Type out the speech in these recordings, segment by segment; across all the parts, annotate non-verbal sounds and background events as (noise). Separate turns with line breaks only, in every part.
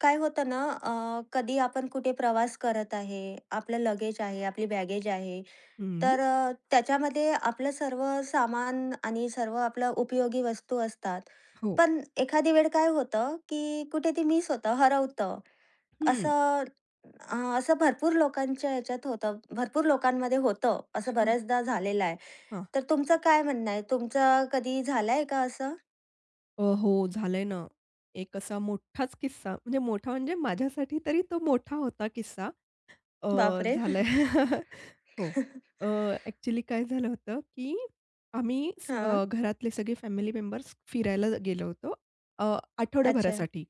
काय होतं ना, कधी आपण कुठे प्रवास करत आहे, आपलं लगेज आहे, आपली बॅगेज आहे,
हं.
तर त्याच्यामध्ये आपलं सर्व सामान आणि सर्व आपलं उपयोगी वस्तू असतात.
हो.
पण एखादी वेळ काय होतं, की कुठे ते मिस होतं, हरवतं.
हं.
असं असं भरपूर लोकांच्या ह्याच्यात होतं, भरपूर लोकांमध्ये होतं, असं
हं,
बऱ्याचदा झालेलं आहे.
हां.
तर तुमचं काय म्हणणं आहे? तुमचं कधी झालंय का असं?
हो, झालंय ना. एक असा मोठाच किस्सा म्हणजे मोठा म्हणजे माझ्यासाठी तरी तो मोठा होता किस्सा.
बापरे!
झालंय. (laughs) हो. अ,
(laughs)
ॲक्चुअली काय झालं होतं, की आम्ही
हां.
घरातले सगळे फॅमिली मेंबर्स फिरायला गेलो होतो अ,
अच्छा.
आठवडाभरासाठी.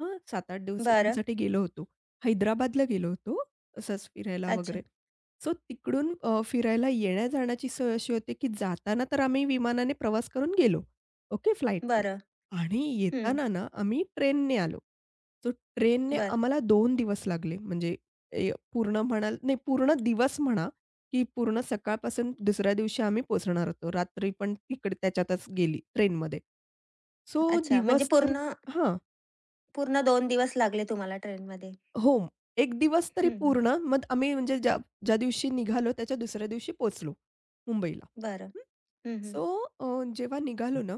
हां, 7-8
बरं.
दिवसांसाठी गेलो होतो. हैदराबादला गेलो होतो, असंच फिरायला
अच्छा.
वगैरे. सो तिकडून फिरायला येण्या-जाण्याची सोय अशी होती, की जाताना तर आम्ही विमानाने प्रवास करून गेलो. ओके, फ्लाईटने
बरं.
आणि
हं,
येताना ना, आम्ही ट्रेनने आलो. सो ट्रेनने
बरं.
आम्हाला 2 दिवस लागले म्हणजे पूर्ण म्हणाल नाही पूर्ण दिवस म्हणा, की पूर्ण सकाळपासून दुसऱ्या दिवशी आम्ही पोहोचणार होतो. रात्री पण तिकडे त्याच्यातच गेली ट्रेनमध्ये. सो
अच्छा, म्हणजे
दिवस तर
पूर्ण
हां.
पूर्ण 2 दिवस लागले तुम्हाला ट्रेनमध्ये.
हो. एक दिवस तरी
हं, हं.
पूर्ण मग आम्ही म्हणजे ज्या ज्या दिवशी निघालो त्याच्या दुसऱ्या दिवशी पोहोचलो मुंबईला.
बरं. हं, हं.
सो जेव्हा निघालो ना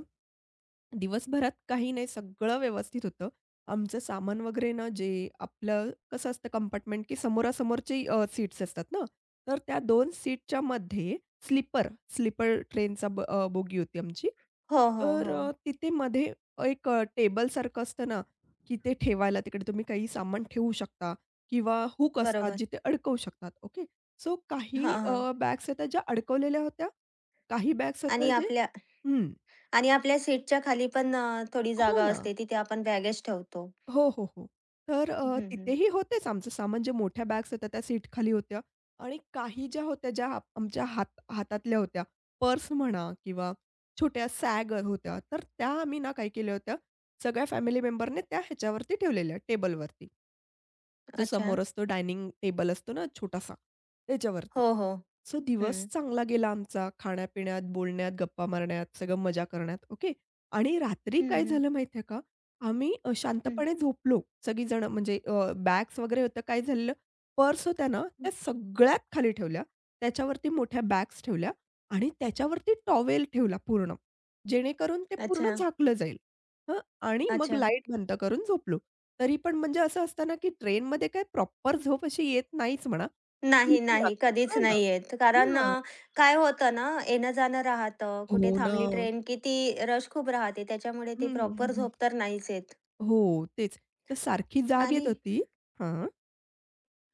दिवसभरात काही नाही, सगळं व्यवस्थित होतं. आमचं सामान वगैरे ना, जे आपलं कसं असतं कंपार्टमेंट, की समोरासमोरची सीट्स असतात ना, तर त्या दोन सीटच्या मध्ये स्लीपर, स्लीपर ट्रेनचा बोगी होती आमची.
हो, हो,
तर
हो.
तिथे मध्ये एक टेबलसारखं असतं ना, की ते ठेवायला तिकडे तुम्ही काही सामान ठेवू शकता किंवा हूक असतात,
बरोबर.
जिथे अडकवू शकतात. ओके. सो काही
हां, हां.
बॅग्स होत्या ज्या अडकवलेल्या होत्या. काही बॅग्स होत्या
आणि
जे
आपल्या
हं.
आणि आपल्या सीटच्या खाली पण थोडी
हो
जागा
ना.
असते. तिथे आपण बॅगेज ठेवतो.
हो, हो, हो. तर
हं, हं.
तिथेही होतेच आमचं सामान जे मोठ्या बॅग्स होत्या त्या सीटखाली होत्या आणि काही ज्या होत्या ज्या आमच्या हातातल्या होत्या, पर्स म्हणा किंवा छोट्या सॅग होत्या. तर त्या आम्ही ना काय केल्या होत्या, सगळ्या फॅमिली मेंबरने त्या ह्याच्यावरती ठेवलेल्या टेबलवरती. जो
अच्छा.
समोर असतो डायनिंग टेबल असतो ना छोटासा त्याच्यावरती.
हो, हो.
सो दिवस
हं.
चांगला गेला आमचा खाण्यापिण्यात, बोलण्यात, गप्पा मारण्यात, सगळं मजा करण्यात, ओके. आणि रात्री
हं,
काय
हं.
झालं माहिती आहे का? आम्ही
हं,
शांतपणे झोपलो सगळीजणं म्हणजे बॅग्स वगैरे होतं. काय झालेलं, पर्स होत्या ना, त्या सगळ्यात खाली ठेवल्या. त्याच्यावरती मोठ्या बॅग्स ठेवल्या आणि त्याच्यावरती टॉवेल ठेवला पूर्ण. जेणेकरून ते पूर्ण
अच्छा,
झाकलं जाईल. हं. आणि मग
अच्छा.
लाईट बंद करून झोपलो. तरी पण म्हणजे असं असतं की ट्रेनमध्ये काय प्रॉपर झोप अशी येत नाहीच म्हणा.
नाही, नाही. कधीच नाही येत. कारण
हां.
काय होतं ना, येणं-जाणं राहतं.
हो
कुठे
ना.
थांबली ट्रेन की ती रश खूप राहते. त्याच्यामुळे
हं,
ती
हं, हं,
प्रॉपर
हं.
झोप तर नाहीच येत.
हो, तेच. तर सारखी जाग येत
आणि
होती. हां.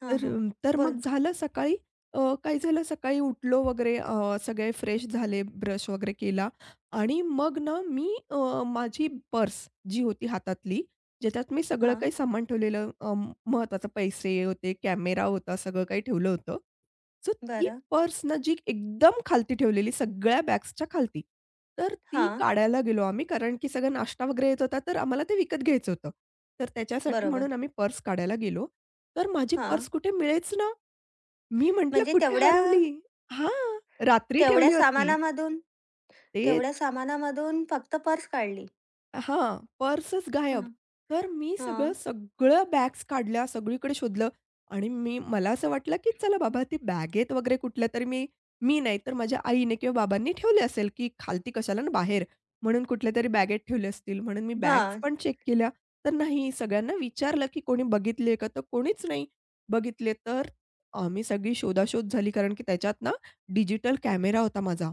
हां, हां.
तर तर मग
बोला.
झालं सकाळी काय झालं सकाळी उठलो वगैरे सगळे फ्रेश झाले, ब्रश वगैरे केला आणि मग ना मी माझी पर्स जी होती हातातली, ज्याच्यात मी सगळं
हां,
काही सामान ठेवलेलं महत्त्वाचं पैसे होते, कॅमेरा होता, सगळं काही ठेवलं होतं. सो ती
बरं.
पर्स ना जी एकदम खालती ठेवलेली सगळ्या बॅग्सच्या खालती. तर ती
हां,
काढायला गेलो आम्ही कारण की सगळा नाश्ता वगैरे येत होता, तर आम्हाला ते विकत घ्यायचं होतं. तर त्याच्यासाठी
बरोबर.
म्हणून आम्ही पर्स काढायला गेलो. तर माझी पर्स
हां,
कुठे मिळेच ना. मी म्हटलं,
म्हणजे
"कुठे
तेवढ्या
हरवली?" हां, रात्री
तेवढ्या
ठेवली होती.
सामानामधून तेवढ्या
तेच.
सामानामधून फक्त पर्स काढली.
हां, पर्सच
हं,
गायब. तर मी सगळं,
हां,
सगळं बॅग्स काढल्या, सगळीकडे शोधलं आणि मला असं वाटलं, की चला बाबा ती बॅगेत वगैरे कुठल्यातरी मी मी नाही तर माझ्या आईने किंवा बाबांनी ठेवली असेल, की खालती कशाला ना बाहेर म्हणून कुठल्यातरी बॅगेत ठेवले असतील. म्हणून मी बॅग्स
हां.
पण चेक केल्या. तर नाही, सगळ्यांना विचारलं, की कोणी बघितले का? तर कोणीच नाही बघितले. तर आम्ही सगळी शोधाशोध झाली कारण की त्याच्यात ना डिजिटल कॅमेरा होता माझा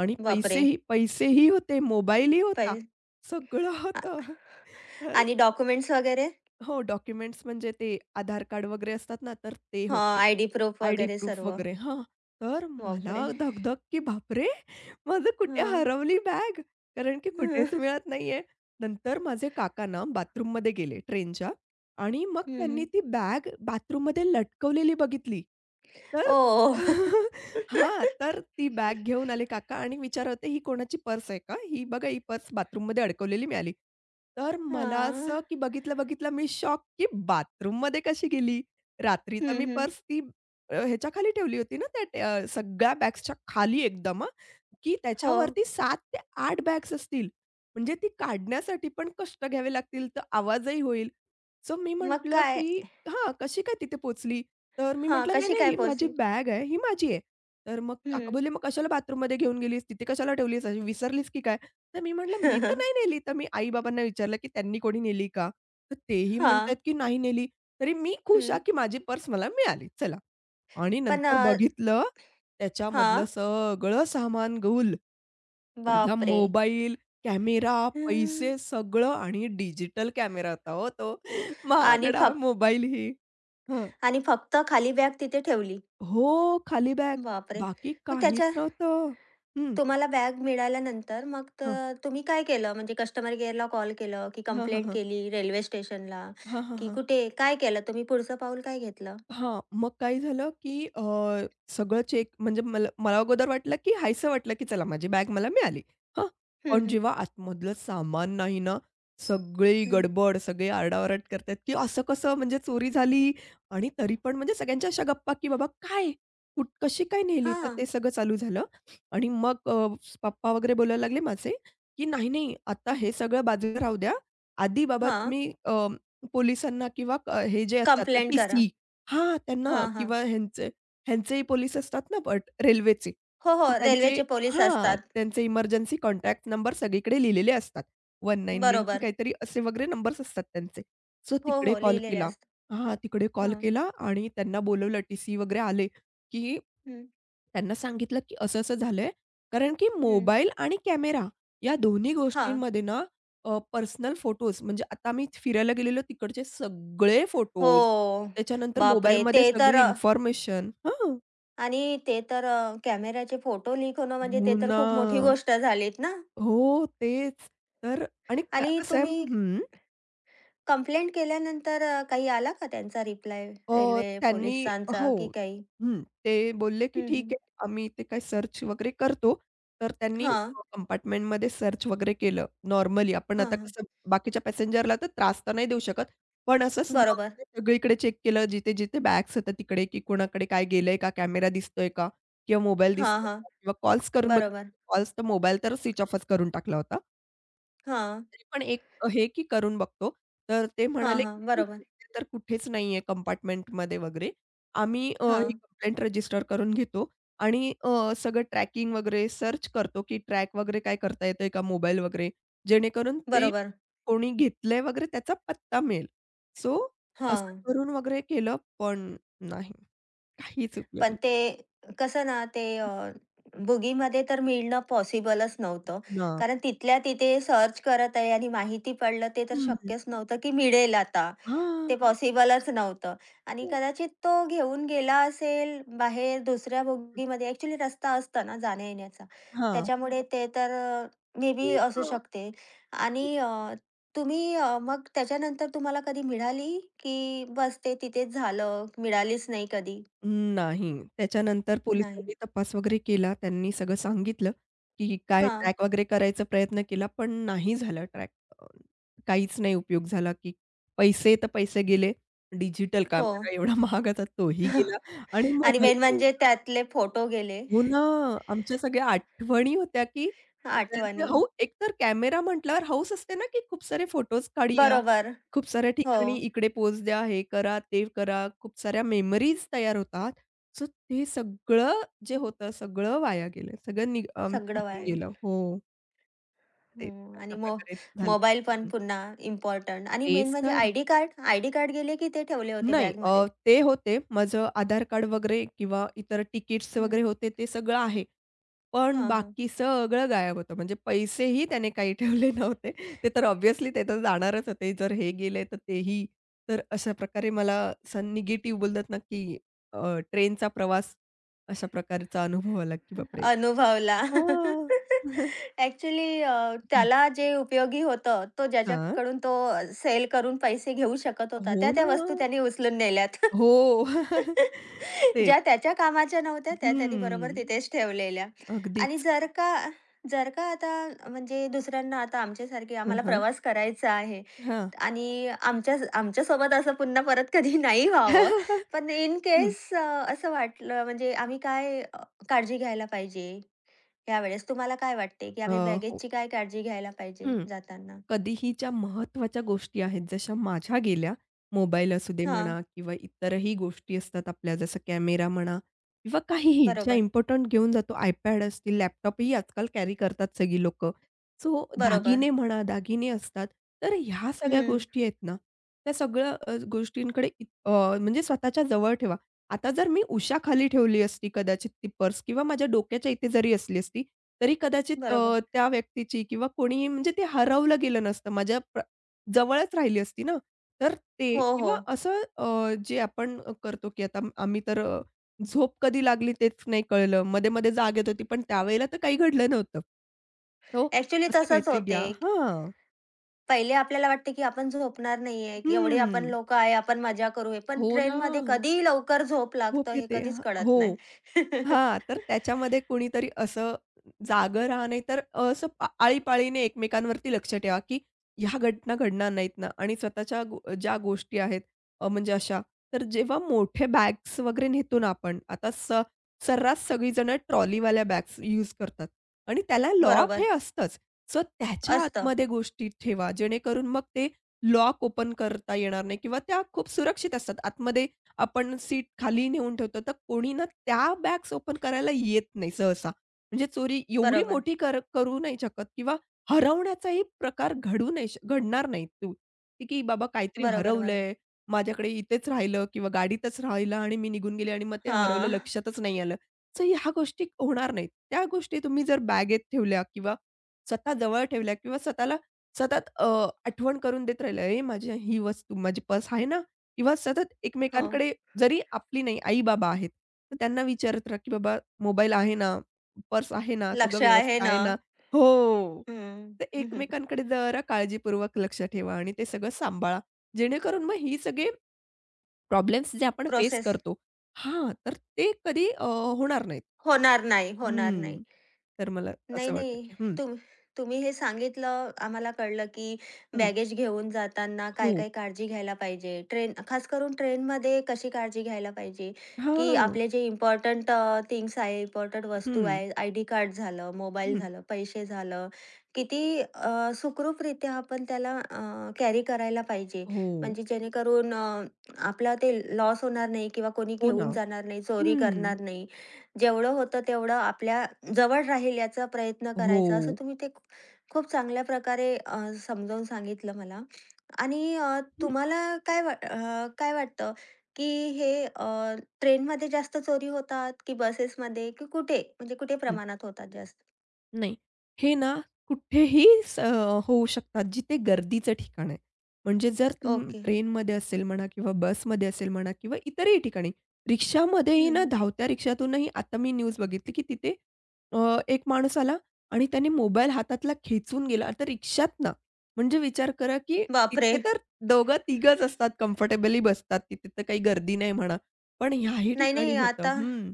आणि
बापरे!
पैसेही पैसेही होते, मोबाईलही
पै
होता. सगळं
आ
होतं. तर
आणि डॉक्युमेंट्स वगैरे?
हो, डॉक्युमेंट्स म्हणजे ते आधार कार्ड वगैरे असतात ना, तर ते
हां,
होते.
आयडी प्रूफ
आयडी
वगैरे
प्रूफ
सर्व.
वगैरे हां. तर मला
बापरे!
धगधग, की बापरे! माझं कुठे
हां.
हरवली बॅग? कारण की कुठेच मिळत नाहीये. नंतर माझे काका ना बाथरूममध्ये गेले ट्रेनच्या आणि मग
हं,
त्यांनी
हं.
ती बॅग बाथरूममध्ये लटकवलेली बघितली. तर
ओह!
(laughs) हां, तर ती बॅग घेऊन आले काका आणि विचारत होते, "ही कोणाची पर्स आहे का? ही बघा ही पर्स बाथरूममध्ये अडकवलेली मिळाली." तर मला
हां.
असं की बघितलं-बघितलं मी शॉक की बाथरूममध्ये कशी गेली? रात्री तर मी
हं, हं.
पर्स ती ह्याच्या खाली ठेवली होती ना त्या सगळ्या बॅग्सच्या खाली एकदम हां, की
हो.
त्याच्यावरती 7 ते 8 बॅग्स असतील. म्हणजे ती काढण्यासाठी पण कष्ट घ्यावे लागतील, तर आवाजही होईल. सो मी
मग
म्हटलं
काय?
की हां, कशी काय तिथे पोहोचली? तर मी
हां,
म्हटलं, "नाही,
कशी
नाही,
काय
ही माझी
पोहोचली?
बॅग आहे, ही माझी आहे." तर मग काका
हं.
बोलले, "मग कशाला बाथरूममध्ये घेऊन गेलीस? तिथे कशाला ठेवलीस? अशी विसरलीस की काय?" तर मी म्हटलं, "मी तर नाही
(laughs)
नेली." तर मी आई-बाबांना विचारलं, की "त्यांनी कोणी नेली का?" तर तेही
हां.
म्हणतायत की "नाही नेली." तरी मी खुश
हं.
आहे की माझी पर्स मला मिळाली. चला आणि
पण
नंतर बघितलं त्याच्यामधलं
हां.
सगळं सामान गौल. माझा
बापरे!
मोबाईल, कॅमेरा,
हं.
पैसे सगळं आणि डिजिटल कॅमेरा होता हो तो.
आणि
महागडा
फक्त
मोबाईलही. हं.
आणि फक्त खाली बॅग तिथे ठेवली.
हो, खाली बॅग.
बापरे!
बाकी
मग
काहीच
त्याच्या
नव्हतं. हं.
तुम्हाला बॅग मिळाल्यानंतर मग तर तुम्ही काय केलं? म्हणजे कस्टमर केअरला कॉल केलं, की
हां, हां,
कंप्लेंट
हां.
केली रेल्वे स्टेशनला,
हां, हां,
की
हां.
कुठे? काय केलं तुम्ही? पुढचं पाऊल काय घेतलं?
हां, मग काय झालं, की सगळं चेक म्हणजे मला मला अगोदर वाटलं, की हायसं वाटलं, की चला माझी बॅग मला मिळाली. हां,
हं,
पण
हं.
जेव्हा आतमधलं सामान नाही ना, सगळी
हं.
गडबड, सगळे आरडाओरड करतात, की असं कसं म्हणजे चोरी झाली आणि तरी पण म्हणजे सगळ्यांच्या अशा गप्पा, की बाबा काय? कशी काय नेली? तर
हां,
ते सगळं चालू झालं आणि मग पप्पा वगैरे बोलायला लागले माझे, की "नाही, नाही, आता हे सगळं बाजूला राहू द्या. आधी बाबा
हां.
तुम्ही पोलिसांना किंवा हे जे असतात
कंप्लेंट करा.
टीसी हां, त्यांना
हां, हां.
किंवा ह्यांचेही पोलीस असतात ना बट रेल्वेचे.
हो, हो.
मग त्यांचे
रेल्वेचे पोलीस
हां,
असतात.
त्यांचे इमर्जन्सी कॉन्टॅक्ट नंबर सगळीकडे लिहिलेले असतात. 199 की
बरोबर.
काहीतरी असे वगैरे नंबर्स असतात त्यांचे. सो
हो,
तिकडे
हो.
कॉल
लिहिलेले
केला.
असतात.
हां, तिकडे कॉल
हं,
केला आणि त्यांना बोलवलं टीसी वगैरे आले, की
हं,
त्यांना सांगितलं, की असं-असं झालंय. कारण की
हं.
मोबाईल आणि कॅमेरा या दोन्ही
हां.
गोष्टींमध्ये ना पर्सनल फोटोज म्हणजे आता आम्ही फिरायला गेलेलो तिकडचे सगळे फोटोज,
हो.
त्याच्यानंतर
बापरे! ते
मोबाईलमध्ये
तर
सगळी
अ
इन्फॉर्मेशन हां.
आणि ते तर कॅमेऱ्याचे फोटो लीक होणं म्हणजे ते
हो
तर
ना.
खूप मोठी गोष्ट झालीत ना.
हो, तेच. तर आणि
आणि
कसं आहे
तुम्ही
हं.
कंप्लेंट केल्यानंतर काही आला का त्यांचा रिप्लाय रेल्वे
त्यांनी
पोलिसांचा
हो.
की काही?
हं. ते बोलले, की
हं,
"ठीक
हं.
आहे, आम्ही ते काही सर्च वगैरे करतो." तर त्यांनी
हां.
कंपार्टमेंटमध्ये सर्च वगैरे केलं. नॉर्मली आपण
हां,
आता
हां.
कसं बाकीच्या पॅसेंजरला तर त्रास तर नाही देऊ शकत. पण असंच
बरोबर.
नॉर्मली सगळीकडे चेक केलं, जिथे-जिथे बॅग्स होत्या तिकडे, की कोणाकडे काय गेलंय का? कॅमेरा दिसतोय का? किंवा मोबाईल
हां,
दिसतोय
हां.
का? किंवा कॉल्स करून
बरोबर.
बघितले. कॉल्स तर मोबाईल तर स्विच ऑफच करून टाकला होता.
हां.
तरी पण एक हे की करून बघतो. तर ते
हां,
म्हणाले,
हां.
की "ठीक आहे,
बरोबर.
इथे तर कुठेच नाहीये कंपार्टमेंटमध्ये वगैरे. आम्ही ही
हां.
कंप्लेंट रजिस्टर करून घेतो आणि सगळं ट्रॅकिंग वगैरे सर्च करतो, की ट्रॅक वगैरे काय करता येतंय का मोबाईल वगैरे, जेणेकरून ते
बरोबर.
कोणी घेतलंय वगैरे त्याचा पत्ता मिळेल." सो असं
हां.
करून वगैरे केलं, पण नाही, काहीच उपयोग
पण
नाही.
ते कसं ना ते बुगीमध्ये तर मिळणं पॉसिबलच नव्हतं.
ना.
कारण तिथल्या तिथे सर्च करत आहे आणि माहिती पडलं ते तर
हं.
शक्यच नव्हतं की मिळेल आता.
हां.
ते पॉसिबलच नव्हतं आणि
हो.
कदाचित तो घेऊन गेला असेल बाहेर दुसऱ्या बोगीमध्ये. ॲक्चुअली रस्ता असतो ना जाण्या-येण्याचा.
हां.
त्याच्यामुळे ते तर अ, मे बी
हो
असू
ना.
शकते. आणि तुम्ही मग त्याच्यानंतर तुम्हाला कधी मिळाली, की बस ते तिथेच झालं, मिळालीच नाही कधी?
नाही. त्याच्यानंतर
नाही.
पोलिसांनी तपास वगैरे केला. त्यांनी सगळं सांगितलं, की काय
हां.
ट्रॅक वगैरे करायचा प्रयत्न केला, पण नाही झाला ट्रॅक. अ, काहीच नाही उपयोग झाला, की पैसे तर पैसे गेले. डिजिटल
हो.
कॅमेरा एवढा (laughs) महाग आता तोही गेला आणि
(laughs) आणि मेन
मोबाईल
म्हणजे त्यातले फोटो गेले,
हो
(laughs)
ना. आमच्या सगळ्या आठवणी होत्या, की सगळ्यांचे
आठवणी.
हौस एकतर कॅमेरा म्हटल्यावर हौस असते ना, की खूप सारे फोटोज काढूया.
बरोबर.
खूप साऱ्या
हो.
ठिकाणी इकडे पोहोच द्या, हे करा, ते करा. खूप साऱ्या मेमरीज तयार होतात. सो ते सगळं जे होतं सगळं वाया गेलं. सगळं आमच्या
सगळं
हातून
वाया
गेलं. हो, ते
हं.
अशा
आणि मो
प्रकारे झालं.
मोबाईल पण
हं.
पुन्हा इम्पोर्टंट आणि मेन
तेच
म्हणजे
तर.
ID card. आयडी कार्ड गेले की ते ठेवले होते
नाही.
बॅगमध्ये.
ते होते. माझं आधार कार्ड वगैरे किंवा इतर तिकीट्स
हं.
वगैरे होते ते सगळं आहे. पण
हां, हां.
बाकी सगळं गायब होतं. म्हणजे पैसेही त्याने काही (laughs) ठेवले नव्हते. ते तर ऑब्व्हियसली ते तर जाणारच होते. जर हे गेले तर तेही. तर अशा प्रकारे मला असा निगेटिव्ह बोलतात ना, की ट्रेनचा प्रवास अशा प्रकारचा अनुभव आला, की बापरे!
अनुभवला.
हां.
(laughs) ॲक्चुअली त्याला जे उपयोगी होतं, तो
हां.
ज्याच्याकडून तो सेल करून पैसे घेऊ शकत होता,
हो
त्या त्या
ना.
वस्तू त्याने उचलून नेल्यात.
हो. (laughs)
(laughs)
तेच.
ज्या त्याच्या कामाच्या नव्हत्या, त्या त्याने
हं.
बरोबर तिथेच ठेवलेल्या. आणि
अगदीच.
जर का जर का आता म्हणजे दुसऱ्यांना आता आमच्यासारखे
हं,
आम्हाला
हं.
प्रवास करायचा आहे,
हां.
आणि आमच्यासोबत असं पुन्हा परत कधी (laughs) नाही व्हावं.
(laughs)
पण इन
हं.
केस असं वाटलं म्हणजे आम्ही काय काळजी घ्यायला पाहिजे यावेळेस? तुम्हाला काय वाटते, की
अ,
आम्ही
हो.
बॅगेजची काय काळजी घ्यायला पाहिजे
हं.
जाताना?
कधीही ज्या महत्त्वाच्या गोष्टी आहेत, जशा माझ्या गेल्या, मोबाईल असू दे
हां,
म्हणा किंवा इतरही गोष्टी असतात आपल्या, जसं कॅमेरा म्हणा किंवा काहीही ज्या
बरोबर,
इम्पोर्टंट घेऊन जातो, iPad असतील, लॅपटॉपही आजकाल कॅरी करतात सगळी लोकं. सो
बरोबर.
दागिने म्हणा, दागिने असतात. तर ह्या सगळ्या
हं,
गोष्टी आहेत ना, त्या सगळ्या गोष्टींकडे म्हणजे स्वतःच्या जवळ ठेवा. आता जर मी उशाखाली ठेवली असती कदाचित ती पर्स किंवा माझ्या डोक्याच्या इथे जरी असली असती, तरी कदाचित
बरोबर.
त्या व्यक्तीची किंवा कोणीही म्हणजे ते हरवलं गेलं नसतं. माझ्या प्र जवळच राहिली असती ना. तर ते
हो, हो.
किंवा असं जे आपण करतो की आता आम्ही तर झोप कधी लागली तेच नाही कळलं. मध्ये-मध्ये जाग येत होती, पण त्यावेळेला तर काही घडलं नव्हतं. सो
ॲक्चुअली
असं
तसंच
काहीतरी घ्या.
होते.
हां.
पहिले आपल्याला वाटते, की आपण झोपणार नाहीये, एवढी आपण
हं.
लोकं आहे, आपण मजा करूया. पण
हो ना.
ट्रेनमध्ये कधी लवकर झोप लागतं
झोप
हे
येते.
कधीच
हां. हो.
कळत नाही.
हां,
(laughs)
तर त्याच्यामध्ये कुणीतरी असं जागं राहा, नाहीतर असं आळीपाळीने एकमेकांवरती लक्ष ठेवा, की ह्या घटना घडणार नाहीत ना आणि स्वतःच्या ज्या गोष्टी आहेत म्हणजे अशा. तर जेव्हा मोठे बॅग्स वगैरे नेतो ना आपण, आता सर्रास सगळीजणं ट्रॉलीवाल्या बॅग्स यूज करतात आणि त्याला लॉक
बरोबर,
हे असतंच. सो त्याच्या
असतं.
आतमध्ये गोष्टी ठेवा, जेणेकरून मग ते लॉक ओपन करता येणार नाही किंवा त्या खूप सुरक्षित असतात. आतमध्ये आपण सीट खाली नेऊन ठेवतो, तर कोणी ना त्या बॅग्स ओपन करायला येत नाही सहसा. म्हणजे चोरी एवढी
बरोबर,
मोठी करू नाही शकत किंवा हरवण्याचाही प्रकार घडू नाही श घडणार नाही तो, की की बाबा काहीतरी
बरोबर, बरोबर.
हरवलंय, माझ्याकडे इथेच राहिलं किंवा गाडीतच राहिलं आणि मी निघून गेले आणि मग ते हरवलं
हां,
लक्षातच नाही आलं. सो ह्या गोष्टी होणार नाहीत. त्या गोष्टी तुम्ही जर बॅगेत ठेवल्या किंवा स्वतः जवळ ठेवल्या किंवा स्वतःला सतत आठवण करून देत राहिलं, "ए माझी ही वस्तू, माझी पर्स आहे ना?" किंवा सतत
हो.
एकमेकांकडे जरी आपली नाही, आई-बाबा आहेत, तर त्यांना विचारत राहा, की "बाबा मोबाईल आहे ना? पर्स आहे ना? सगळं
लक्ष आहे
व्यवस्थित
ना.
आहे ना?" हो.
हं.
तर
(laughs)
एकमेकांकडे जरा काळजीपूर्वक लक्ष ठेवा आणि ते सगळं सांभाळा. जेणेकरून मग ही सगळे प्रॉब्लेम्स जे आपण फेस
प्रोसेस
करतो हां, तर ते कधी होणार नाहीत.
होणार नाही, होणार नाही.
हं. तर मला
नाही,
असं वाटतं,
नाही.
की हं,
तुम तुम्ही हे सांगितलं आम्हाला कळलं, की
हं.
बॅगेज घेऊन जाताना
हो.
काय-काय काळजी घ्यायला पाहिजे. ट्रेन खास करून ट्रेनमध्ये कशी काळजी घ्यायला पाहिजे, की
हां.
आपले जे इम्पोर्टंट थिंग्स आहे, इम्पोर्टंट वस्तू
हं,
आहे, आयडी कार्ड झालं, मोबाईल
हं.
झालं, पैसे झालं, किती सुखरूपरित्या आपण त्याला कॅरी करायला पाहिजे.
हो.
म्हणजे जेणेकरून आपला ते लॉस होणार नाही किंवा कोणी
हो ना.
घेऊन जाणार नाही, चोरी
हं.
करणार नाही. जेवढं होतं तेवढं आपल्या जवळ राहील याचा प्रयत्न
हो.
करायचा, असं तुम्ही ते खू- खूप चांगल्या प्रकारे समजावून सांगितलं मला. आणि
हं,
तुम्हाला काय वाटतं, की हे ट्रेनमध्ये जास्त चोरी होतात, की बसेसमध्ये, की कुठे? म्हणजे कुठे
हं.
प्रमाणात होतात जास्त?
नाही. हे ना कुठेही होऊ शकतात, जिथे गर्दीचं ठिकाण आहे. म्हणजे जर
ओके.
ट्रेनमध्ये असेल म्हणा किंवा बसमध्ये असेल म्हणा किंवा इतरही ठिकाणी. रिक्षामध्येही
हं,
ना
हं.
धावत्या रिक्षातूनही आता मी न्यूज बघितली, की तिथे एक माणूस आला आणि त्याने मोबाईल हातातला खेचून गेला. आता रिक्षातनं म्हणजे विचार करा, की
बापरे!
तिथे तर दोघं तिघंच असतात, कम्फर्टेबली बसतात. तिथे तर काही गर्दी नाही म्हणा. पण ह्याही
नाही,
ठिकाणी
नाही.
होतं.
आता
हं.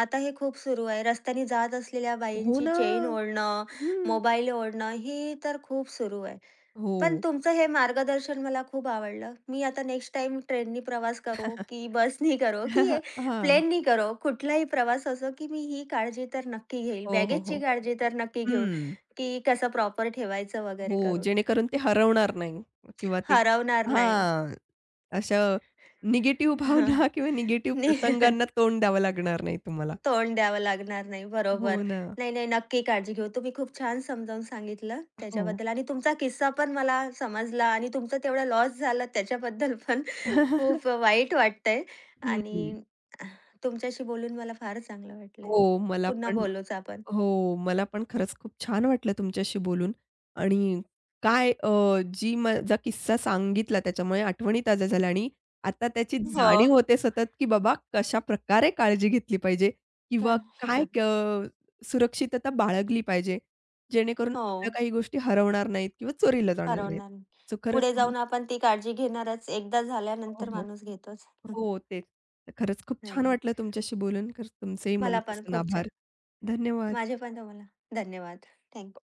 आता हे खूप सुरू आहे. रस्त्याने जात असलेल्या
हो
बाईंची
ना.
चेन ओढणं,
हं.
मोबाईल ओढणं, ही तर खूप सुरू आहे.
हो.
पण तुमचं हे मार्गदर्शन मला खूप आवडलं. मी आता नेक्स्ट टाईम ट्रेननी प्रवास करो, की बसनी करो, की
(laughs) हां.
प्लेननी करो, कुठलाही प्रवास असो, की मी ही काळजी तर नक्की घेईल.
हो, हो,
बॅगेजची
हो.
काळजी तर नक्की घेऊ,
हं.
की कसं प्रॉपर ठेवायचं वगैरे
हो,
करून.
जेणेकरून ते हरवणार नाही किंवा ते
हरवणार नाही.
हां, अशा निगेटिव्ह
(laughs)
भावना
हं.
(laughs) किंवा निगेटिव्ह प्रसंगांना तोंड द्यावं लागणार नाही तुम्हाला.
तोंड द्यावं लागणार नाही.
हो
बरोबर.
ना.
नाही, नाही, नक्की काळजी घेऊ. तुम्ही खूप छान समजावून सांगितलं
हो.
त्याच्याबद्दल आणि तुमचा किस्सा पण मला समजला आणि तुमचं तेवढा लॉस झाला त्याच्याबद्दल पण (laughs) खूप वाईट वाटतंय
हं.
आणि तुमच्याशी बोलून मला फार चांगलं वाटलंय.
हो, मला
पुन्हा
पण
बोलूच आपण.
हो, मला पण खरंच खूप छान वाटलं तुमच्याशी बोलून आणि काय जी माझा किस्सा सांगितला त्याच्यामुळे आठवणी ताज्या झाल्या आणि आता त्याची
हो,
जाणीव होते सतत, की बाबा कशाप्रकारे काळजी घेतली पाहिजे किंवा
काय?
काय
(laughs)
सुरक्षितता बाळगली पाहिजे, जेणेकरून आपल्या
हो,
काही गोष्टी हरवणार नाहीत किंवा चोरीला जाणार नाहीत.
हरवणार नाही.
सो खरंच
पुढे
तुम्ही-
जाऊन आपण ती काळजी घेणारच. एकदा
हो, हो,
झाल्यानंतर
हो,
माणूस घेतोच. (laughs)
हो, तेच. तर खरंच खूप छान
नाही.
वाटलं तुमच्याशी बोलून. खरंच तुमचेही
मला पण
मनापासून
खूप छान.
आभार. धन्यवाद.
माझे पण तुम्हाला धन्यवाद. थँक